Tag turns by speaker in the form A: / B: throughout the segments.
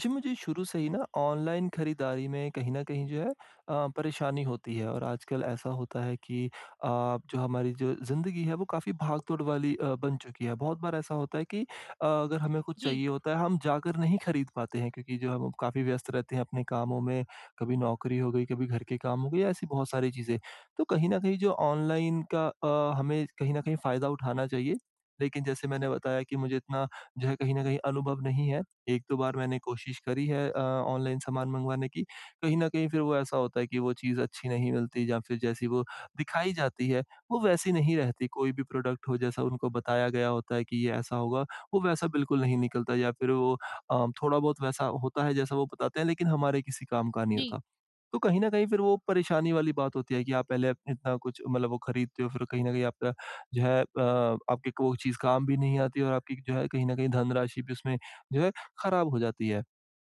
A: जी, मुझे शुरू से ही ना ऑनलाइन खरीदारी में कहीं न कहीं जो है परेशानी होती है और आजकल ऐसा होता है कि अ, जो हमारी जो ज़िंदगी है वो काफ़ी भाग-दौड़ वाली बन चुकी है। बहुत बार ऐसा होता है कि अगर हमें कुछ
B: जी,
A: चाहिए होता है हम जाकर नहीं खरीद पाते हैं क्योंकि जो हम काफ़ी व्यस्त रहते हैं अपने कामों में, कभी नौकरी हो गई, कभी घर के काम हो गए, ऐसी बहुत सारी चीज़ें। तो कहीं न कहीं जो ऑनलाइन का हमें कहीं न कहीं फ़ायदा उठाना चाहिए। लेकिन जैसे मैंने बताया कि मुझे इतना जो है कहीं न कहीं अनुभव नहीं है। 1-2 बार मैंने कोशिश करी है ऑनलाइन सामान मँगवाने की, कहीं न कहीं फिर वो ऐसा होता है कि वो चीज़ अच्छी नहीं मिलती या फिर जैसी वो दिखाई जाती है, वो वैसी नहीं रहती। कोई भी प्रोडक्ट हो जैसा उनको बताया गया होता है कि ये ऐसा होगा, वो वैसा बिल्कुल नहीं निकलता या फिर वो थोड़ा बहुत वैसा होता है जैसा वो बताते हैं लेकिन हमारे किसी काम का नहीं
B: जी,
A: होता। तो कहीं न कहीं फिर वो परेशानी वाली बात होती है कि आप पहले इतना कुछ मतलब वो खरीदते हो फिर कहीं न कहीं आपका जो है आपके को वो चीज़ काम भी नहीं आती और आपकी जो है कहीं न कहीं धनराशि भी उसमें जो है खराब हो जाती है।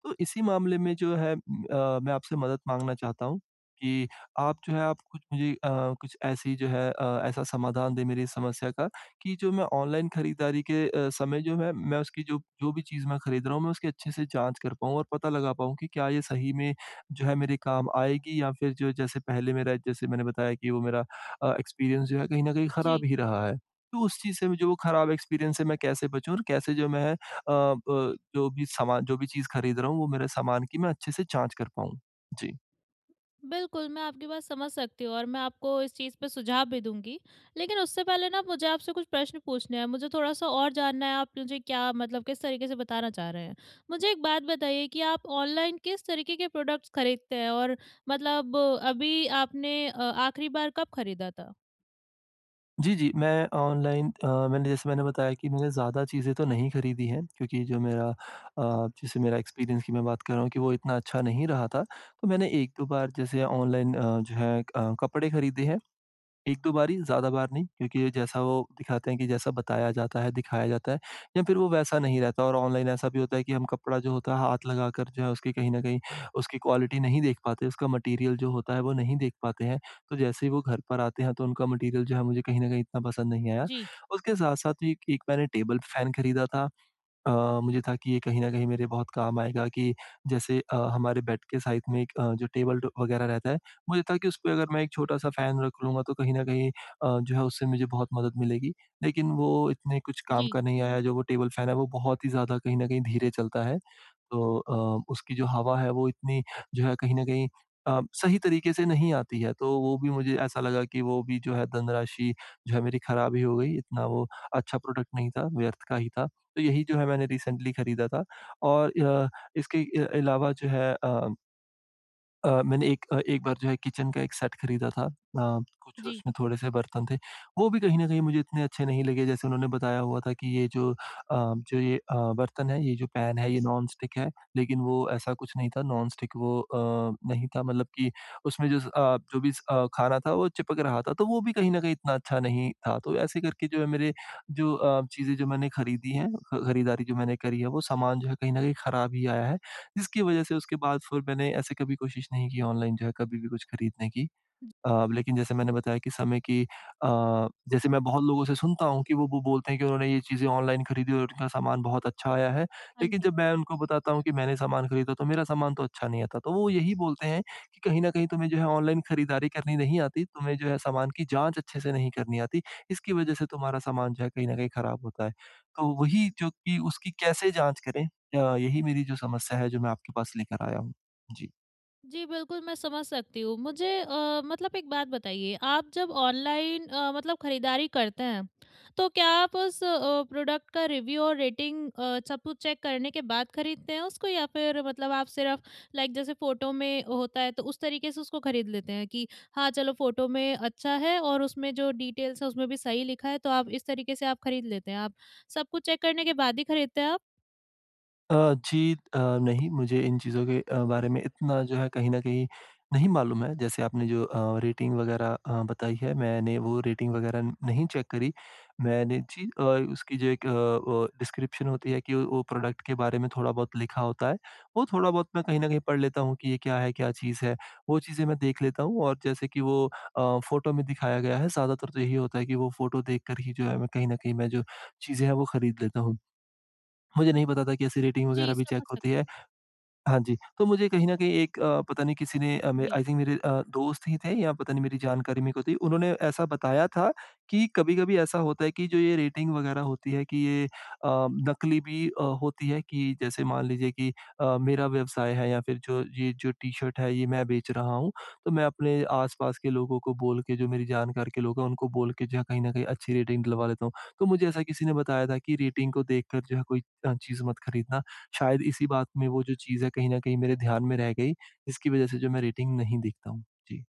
A: तो इसी मामले में जो है मैं आपसे मदद माँगना चाहता हूँ कि आप जो है आप कुछ मुझे कुछ ऐसी जो है ऐसा समाधान दें मेरी इस समस्या का कि जो मैं ऑनलाइन खरीदारी के समय जो है मैं उसकी जो जो भी चीज़ मैं खरीद रहा हूँ मैं उसकी अच्छे से जाँच कर पाऊँ और पता लगा पाऊँ कि क्या ये सही में जो है मेरे काम आएगी या फिर जो जैसे पहले मेरा जैसे मैंने बताया कि वो मेरा एक्सपीरियंस जो है कहीं न कहीं
B: जी।
A: ख़राब ही रहा है। तो उस चीज़ से जो वो ख़राब एक्सपीरियंस से मैं कैसे बचूँ और कैसे जो मैं जो भी सामान जो भी चीज़ खरीद रहा हूँ, वो मेरे सामान की मैं अच्छे से जाँच कर पाऊँ। जी।
B: बिल्कुल, मैं आपकी बात समझ सकती हूँ और मैं आपको इस चीज़ पे सुझाव भी दूँगी। लेकिन उससे पहले ना मुझे आपसे कुछ प्रश्न पूछने हैं, मुझे थोड़ा-सा और जानना है आप मुझे क्या मतलब किस तरीके से बताना चाह रहे हैं। मुझे एक बात बताइए कि आप ऑनलाइन किस तरीके के प्रोडक्ट्स खरीदते हैं और मतलब अभी आपने आखिरी बार कब खरीदा था?
A: जी, जी, मैं ऑनलाइन मैंने जैसे मैंने बताया कि मैंने ज़्यादा चीज़ें तो नहीं खरीदी हैं क्योंकि जो मेरा जैसे मेरा एक्सपीरियंस की मैं बात कर रहा हूँ कि वो इतना अच्छा नहीं रहा था। तो मैंने 1-2 बार जैसे ऑनलाइन कपड़े खरीदे हैं। 1-2 बार ही, ज़्यादा बार नहीं, क्योंकि जैसा वो दिखाते हैं कि जैसा बताया जाता है, दिखाया जाता है या फिर वो वैसा नहीं रहता और ऑनलाइन ऐसा भी होता है कि हम कपड़ा जो होता है हाथ लगाकर जो है उसकी कहीं न कहीं उसकी क्वालिटी नहीं देख पाते, उसका मटेरियल जो होता है वो नहीं देख पाते हैं। तो जैसे ही वो घर पर आते हैं तो उनका मटेरियल जो है मुझे कहीं न कहीं इतना पसंद नहीं आया।
B: जी,
A: उसके साथ-साथ एक एक मैंने टेबल फैन खरीदा था अ, मुझे था कि ये कहीं न कहीं मेरे बहुत काम आएगा कि जैसे हमारे बेड के साइड में एक जो टेबल ट वगैरह रहता है, मुझे था कि उसपे अगर मैं एक छोटा-सा फ़ैन रख लूँगा तो कहीं न कहीं जो है उससे मुझे बहुत मदद मिलेगी। लेकिन वो इतने कुछ काम
B: जी,
A: का नहीं आया, जो वो टेबल फ़ैन है वो बहुत ही ज़्यादा कहीं न कहीं धीरे चलता है। तो उसकी जो हवा है वो इतनी जो है कहीं न कहीं सही तरीके से नहीं आती है, तो वो भी मुझे ऐसा लगा कि वो भी जो है धनराशि जो है मेरी खराब ही हो गई, इतना वो अच्छा प्रोडक्ट नहीं था, व्यर्थ का ही था। तो यही जो है मैंने रिसेंटली खरीदा था और इसके अलावा जो है मैंने एक एक बार जो है किचन का एक सेट खरीदा था। कुछ
B: जी।
A: उसमें थोड़े-से बर्तन थे, वो भी कहीं न कहीं मुझे इतने अच्छे नहीं लगे जैसे उन्होंने बताया हुआ था कि ये जो जो ये बर्तन है, ये जो पैन है ये नॉन-स्टिक है, लेकिन वो ऐसा कुछ नहीं था नॉन-स्टिक वो नहीं था मतलब कि उसमें जो जो भी खाना था वो चिपक रहा था, तो वो भी कहीं न कहीं इतना अच्छा नहीं था। तो ऐसे करके जो है मेरे जो चीज़ें जो मैंने खरीदी हैं, ख खरीदारी जो मैंने करी है, वो सामान जो है कहीं न कहीं खराब ही आया है। जिसकी वजह से उसके बाद फिर मैंने ऐसे कभी कोशिश नहीं की ऑनलाइन जो है कभी भी कुछ खरीदने की। लेकिन जैसे मैंने बताया कि समय की जैसे मैं बहुत लोगों से सुनता हूँ कि वो बोलते हैं कि उन्होंने ये चीज़ें ऑनलाइन खरीदी और उनका सामान बहुत अच्छा आया है।
B: हाँ
A: लेकिन
B: जी।
A: जब मैं उनको बताता हूँ कि मैंने सामान खरीदा तो मेरा सामान तो अच्छा नहीं आता। तो वो यही बोलते हैं कि कहीं न कहीं तुम्हें जो है ऑनलाइन खरीदारी करनी नहीं आती, तुम्हें जो है सामान की जाँच अच्छे से नहीं करनी आती, इसकी वज़ह से तुम्हारा सामान जो है कहीं न कहीं खराब होता है। तो वही जो कि उसकी कैसे जाँच करें? यही मेरी जो समस्या है जो मैं आपके पास लेकर आया हूँ। जी।
B: जी, बिल्कुल मैं समझ सकती हूँ। मुझे मतलब एक बात बताइए, आप जब ऑनलाइन मतलब खरीदारी करते हैं, तो क्या आप उस प्रोडक्ट का रिव्यू और रेटिंग सब कुछ चेक करने के बाद खरीदते हैं उसको या फिर मतलब आप सिर्फ़ लाइक जैसे फ़ोटो में होता है तो उस तरीके से उसको खरीद लेते हैं कि हाँ, चलो फ़ोटो में अच्छा है और उसमें जो डिटेल्स है उसमें भी सही लिखा है तो आप इस तरीके से आप खरीद लेते हैं। आप सब कुछ चेक करने के बाद ही खरीदते हैं आप?
A: अ, जी नहीं, मुझे इन चीज़ों के बारे में इतना जो है कहीं न कहीं नहीं मालूम है। जैसे आपने जो रेटिंग वगैरह बताई है, मैंने वो रेटिंग वगैरह नहीं चेक करी। मैंने जी उसकी जो एक वो डिस्क्रिप्शन होती है कि वो प्रोडक्ट के बारे में थोड़ा बहुत लिखा होता है। वो थोड़ा बहुत मैं कहीं न कहीं पढ़ लेता हूँ कि ये क्या है, क्या चीज़ है। वो चीज़ें मैं देख लेता हूँ और जैसे कि वो फ़ोटो में दिखाया गया है, ज़्यादातर तो यही होता है कि वो फ़ोटो देख कर ही जो है मैं कहीं न कहीं मैं जो चीज़ें हैं वो खरीद लेता हूँ। मुझे नहीं पता था कि ऐसी रेटिंग
B: जी,
A: वगैरह भी चेक
B: समझ
A: होती
B: सकती हूँ।
A: है। हाँ जी, तो मुझे कहीं न कहीं एक पता नहीं किसी ने मे
B: जी।
A: आई थिंक मेरे दोस्त ही थे या पता नहीं मेरी जानकारी में कोई थी, उन्होंने ऐसा बताया था कि कभी-कभी ऐसा होता है कि जो ये रेटिंग वग़ैरह होती है कि ये नकली भी होती है कि जैसे मान लीजिए कि मेरा व्यवसाय है या फिर जो ये जो टी-शर्ट है ये मैं बेच रहा हूँ, तो मैं अपने आस-पास के लोगों को बोल के जो मेरी जानकार के लोग हैं उनको बोल के जो है कहीं न कहीं अच्छी रेटिंग दिलवा लेता हूँ। तो मुझे ऐसा किसी ने बताया था कि रेटिंग को देखकर जो है कोई चीज़ मत खरीदना शायद इसी बात में वो जो चीज़ है कहीं न कहीं मेरे ध्यान में रह गई, जिसकी वज़ह से जो मैं रेटिंग नहीं देखता हूँ। जी।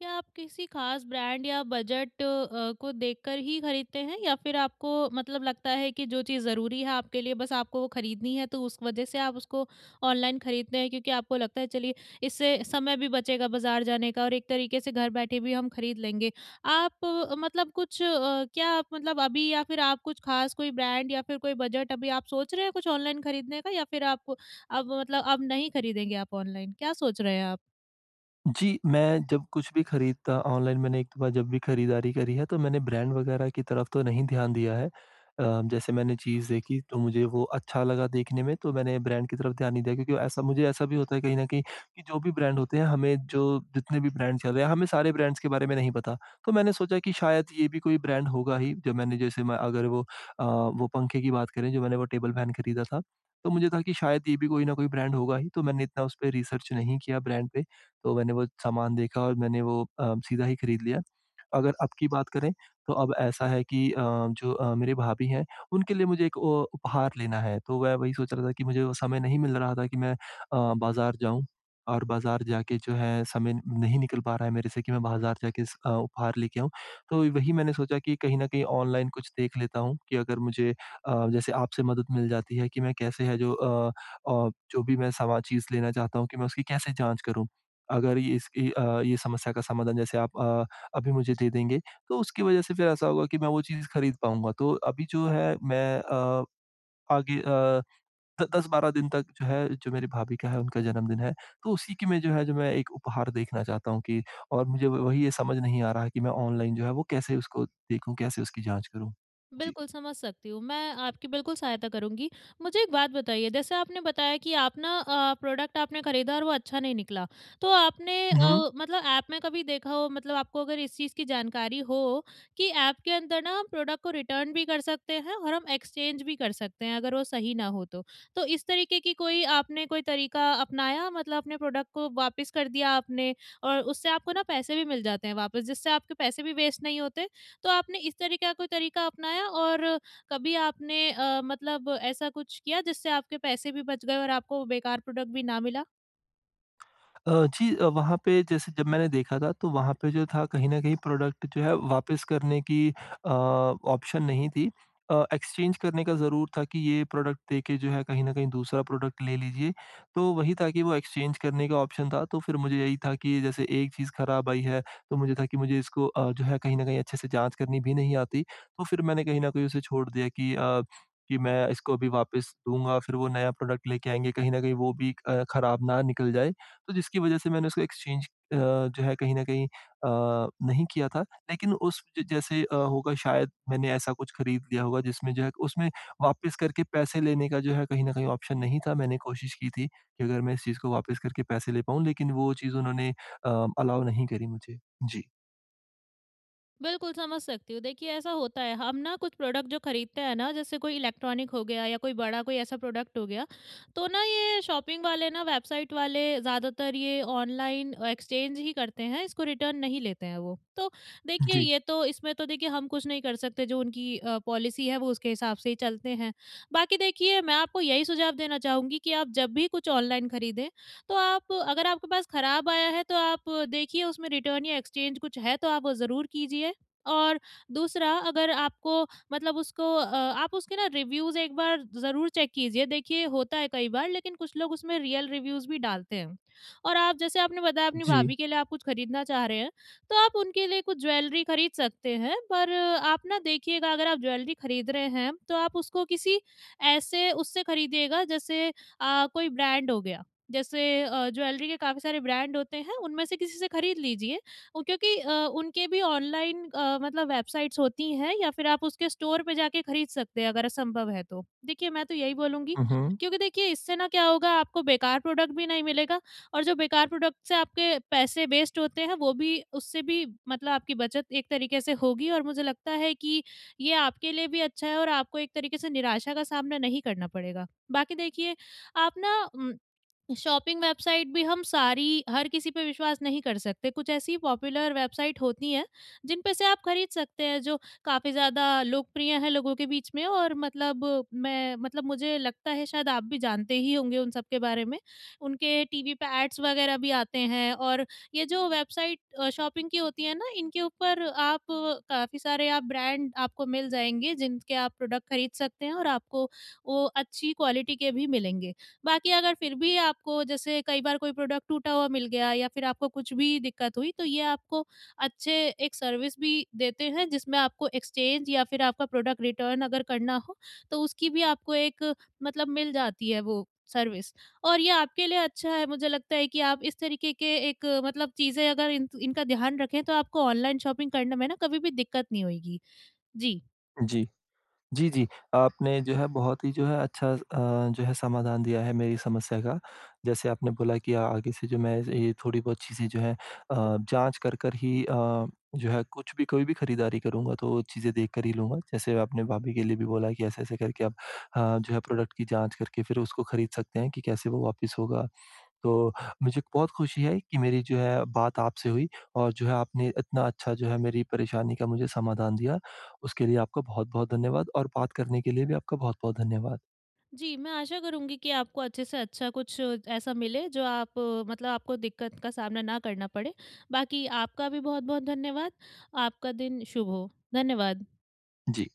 B: क्या आप किसी खास ब्रांड या बजट को देखकर ही खरीदते हैं या फिर आपको मतलब लगता है कि जो चीज़ ज़रूरी है आपके लिए बस आपको वो खरीदनी है, तो उस वजह से आप उसको ऑनलाइन खरीदते हैं क्योंकि आपको लगता है चलिए इससे समय भी बचेगा बाजार जाने का और एक तरीके से घर बैठे भी हम खरीद लेंगे। आप मतलब कुछ क्या आप मतलब अभी या फिर आप कुछ खास कोई ब्रांड या फिर कोई बजट अभी आप सोच रहे हैं कुछ ऑनलाइन खरीदने का या फिर आप अब मतलब अब नहीं खरीदेंगे आप ऑनलाइन? क्या सोच रहे हैं आप?
A: जी, मैं जब कुछ भी खरीदता ऑनलाइन मैंने एक बार जब भी खरीदारी करी है, तो मैंने ब्रांड वगैरह की तरफ तो नहीं ध्यान दिया है। जैसे मैंने चीज़ देखी तो मुझे वो अच्छा लगा देखने में तो मैंने ब्रांड की तरफ ध्यान नहीं दिया क्योंकि ऐसा मुझे ऐसा भी होता है कहीं न कहीं कि जो भी ब्रांड होते हैं हमें जो जितने भी ब्रांड चल रहे हैं, हमें सारे ब्रांड्स के बारे में नहीं पता। तो मैंने सोचा कि शायद ये भी कोई ब्रांड होगा ही जो मैंने जैसे मैं अगर वो वो पंखे की बात करें जो मैंने वो टेबल फैन खरीदा था, तो मुझे था कि शायद ये भी कोई न कोई ब्रांड होगा ही तो मैंने इतना उस पे रिसर्च नहीं किया ब्रांड पे। तो मैंने वो सामान देखा और मैंने वो सीधा ही खरीद लिया। अगर अब की बात करें तो अब ऐसा है कि जो मेरे भाभी हैं उनके लिए मुझे एक उपहार लेना है तो मैं वही सोच रहा था कि मुझे वो समय नहीं मिल रहा था कि मैं बाज़ार जाऊँ और बाज़ार जाके जो है समय नहीं निकल पा रहा है मेरे से कि मैं बाज़ार जाके उपहार लेके आऊँ। तो वही मैंने सोचा कि कहीं न कहीं ऑनलाइन कुछ देख लेता हूँ कि अगर मुझे जैसे आपसे मदद मिल जाती है कि मैं कैसे है जो जो भी मैं सामान चीज़ लेना चाहता हूँ कि मैं उसकी कैसे जाँच करूँ? अगर ये इसकी ये समस्या का समाधान जैसे आप अभी मुझे दे देंगे, तो उसकी वज़ह से फिर ऐसा होगा कि मैं वो चीज़ खरीद पाऊँगा। तो अभी जो है मैं आगे द 10-12 दिन तक जो है जो मेरी भाभी का है उनका जन्मदिन है, तो उसी की मैं जो है जो मैं एक उपहार देखना चाहता हूँ कि और मुझे व वही ये समझ नहीं आ रहा है कि मैं ऑनलाइन जो है वो कैसे उसको देखूँ, कैसे उसकी जाँच करूँ? जी।
B: बिल्कुल, समझ सकती हूँ। मैं आपकी बिल्कुल सहायता करूँगी। मुझे एक बात बताइए, जैसे आपने बताया कि आप ना प्रोडक्ट आपने खरीदा और वो अच्छा नहीं निकला। तो आपने
A: हम्म।
B: मतलब ऐप में कभी देखा हो, मतलब आपको अगर इस चीज़ की जानकारी हो कि ऐप के अंदर ना हम प्रोडक्ट को रिटर्न भी कर सकते हैं और हम एक्सचेंज भी कर सकते हैं अगर वो सही ना हो तो। तो इस तरीके की कोई आपने कोई तरीका अपनाया, मतलब अपने प्रोडक्ट को वापस कर दिया आपने और उससे आपको ना पैसे भी मिल जाते हैं वापस, जिससे आपके पैसे भी वेस्ट नहीं होते। तो आपने इस तरह का कोई तरीका अपनाया और कभी आपने मतलब ऐसा कुछ किया जिससे आपके पैसे भी बच गए और आपको बेकार प्रोडक्ट भी ना मिला?
A: अ, जी वहाँ पे जैसे जब मैंने देखा था तो वहाँ पे जो था कहीं न कहीं प्रोडक्ट जो है वापस करने की ऑप्शन नहीं थी। एक्सचेंज करने का ज़रूर था कि ये प्रोडक्ट देके जो है कहीं न कहीं दूसरा प्रोडक्ट ले लीजिए। तो वही था कि वो एक्सचेंज करने का ऑप्शन था तो फिर मुझे यही था कि जैसे एक चीज़ खराब आई है तो मुझे था कि मुझे इसको जो है कहीं न कहीं अच्छे से जाँच करनी भी नहीं आती। तो फिर मैंने कहीं न कहीं उसे छोड़ दिया कि कि मैं इसको अभी वापस दूँगा फिर वो नया प्रोडक्ट लेके आएँगे कहीं न कहीं वो भी खराब ना निकल जाए। तो जिसकी वजह से मैंने उसको एक्सचेंज जो है कहीं न कहीं नहीं किया था। लेकिन उस ज जैसे होगा शायद मैंने ऐसा कुछ खरीद लिया होगा जिसमें जो है उसमें वापस करके पैसे लेने का जो है कहीं न कहीं ऑप्शन नहीं था। मैंने कोशिश की थी कि अगर मैं इस चीज़ को वापस करके पैसे ले पाऊँ लेकिन वो चीज़ उन्होंने अलाउ नहीं करी मुझे। जी।
B: बिल्कुल, समझ सकती हूँ। देखिए, ऐसा होता है, हम ना कुछ प्रोडक्ट जो खरीदते हैं ना, जैसे कोई इलेक्ट्रॉनिक हो गया या कोई बड़ा कोई ऐसा प्रोडक्ट हो गया, तो ना ये शॉपिंग वाले, ना वेबसाइट वाले, ज़्यादातर ये ऑनलाइन एक्सचेंज ही करते हैं, इसको रिटर्न नहीं लेते हैं वो। तो देखिए,
A: जी।
B: ये तो इसमें तो देखिए हम कुछ नहीं कर सकते, जो उनकी पॉलिसी है वो उसके हिसाब से ही चलते हैं। बाकी देखिए, मैं आपको यही सुझाव देना चाहूँगी कि आप जब भी कुछ ऑनलाइन खरीदें, तो आप अगर आपके पास खराब आया है तो आप देखिए उसमें रिटर्न या एक्सचेंज कुछ है तो आप वो ज़रूर कीजिए। और दूसरा, अगर आपको मतलब उसको आप उसके ना रिव्यूज़ एक बार ज़रूर चेक कीजिए। देखिए, होता है कई बार, लेकिन कुछ लोग उसमें रियल रिव्यूज़ भी डालते हैं। और आप जैसे आपने बताया अपनी
A: जी।
B: भाभी के लिए आप कुछ खरीदना चाह रहे हैं, तो आप उनके लिए कुछ ज्वेलरी खरीद सकते हैं। पर आप ना देखिएगा, अगर आप ज्वेलरी खरीद रहे हैं तो आप उसको किसी ऐसे उससे खरीदिएगा जैसे कोई ब्रांड हो गया। जैसे ज्वेलरी के काफ़ी सारे ब्रांड होते हैं, उनमें से किसी से खरीद लीजिए। उ क्योंकि उनके भी ऑनलाइन मतलब वेबसाइट्स होती हैं, या फिर आप उसके स्टोर पे जाके खरीद सकते हैं अगर संभव है तो। देखिए, मैं तो यही बोलूँगी
A: हुँ, हुँ।
B: क्योंकि देखिए इससे ना क्या होगा, आपको बेकार प्रोडक्ट भी नहीं मिलेगा और जो बेकार प्रोडक्ट से आपके पैसे वेस्ट होते हैं वो भी, उससे भी मतलब आपकी बचत एक तरीके से होगी, और मुझे लगता है कि ये आपके लिए भी अच्छा है और आपको एक तरीके से निराशा का सामना नहीं करना पड़ेगा। बाकी देखिए, आप ना शॉपिंग वेबसाइट भी हम सारी, हर किसी पे विश्वास नहीं कर सकते। कुछ ऐसी पॉपुलर वेबसाइट होती हैं, जिन पे से आप खरीद सकते हैं, जो काफ़ी ज़्यादा लोकप्रिय हैं लोगों के बीच में। और मतलब मैं मतलब मुझे लगता है शायद आप भी जानते ही होंगे उन सब के बारे में। उनके टीवी पे एड्स वगैरह भी आते हैं। और ये जो वेबसाइट शॉपिंग की होती है ना, इनके ऊपर आप काफ़ी सारे आप ब्रांड आपको मिल जाएँगे, जिनके आप प्रोडक्ट खरीद सकते हैं, और आपको वो अच्छी क्वालिटी के भी मिलेंगे। बाकी अगर फिर भी आपको जैसे कई बार कोई प्रोडक्ट टूटा हुआ मिल गया या फिर आपको कुछ भी दिक्कत हुई, तो ये आपको अच्छे एक सर्विस भी देते हैं, जिसमें आपको एक्सचेंज या फिर आपका प्रोडक्ट रिटर्न अगर करना हो तो उसकी भी आपको एक मतलब मिल जाती है वो सर्विस। और ये आपके लिए अच्छा है, मुझे लगता है कि आप इस तरीके के एक मतलब चीज़ें अगर इन इनका ध्यान रखें तो आपको ऑनलाइन शॉपिंग करने में ना कभी भी दिक्कत नहीं होगी। जी।
A: जी। जी, जी। आपने जो है बहुत ही जो है अच्छा जो है समाधान दिया है मेरी समस्या का। जैसे आपने बोला कि आगे से जो मैं ये थोड़ी बहुत चीज़ें जो है जाँच कर कर ही जो है कुछ भी कोई भी खरीदारी करूँगा तो चीज़ें देख कर ही लूँगा। जैसे आपने भाभी के लिए भी बोला कि ऐसे-ऐसे करके आप जो है प्रोडक्ट की जाँच करके फिर उसको खरीद सकते हैं कि कैसे वो वापिस होगा। तो मुझे बहुत खुशी है कि मेरी जो है बात आपसे हुई और जो है आपने इतना अच्छा जो है मेरी परेशानी का मुझे समाधान दिया। उसके लिए आपका बहुत-बहुत धन्यवाद और बात करने के लिए भी आपका बहुत-बहुत धन्यवाद।
B: जी, मैं आशा करूँगी कि आपको अच्छे से अच्छा कुछ ऐसा मिले, जो आप मतलब आपको दिक्कत का सामना ना करना पड़े। बाकी आपका भी बहुत-बहुत धन्यवाद। आपका दिन शुभ हो। धन्यवाद।
A: जी।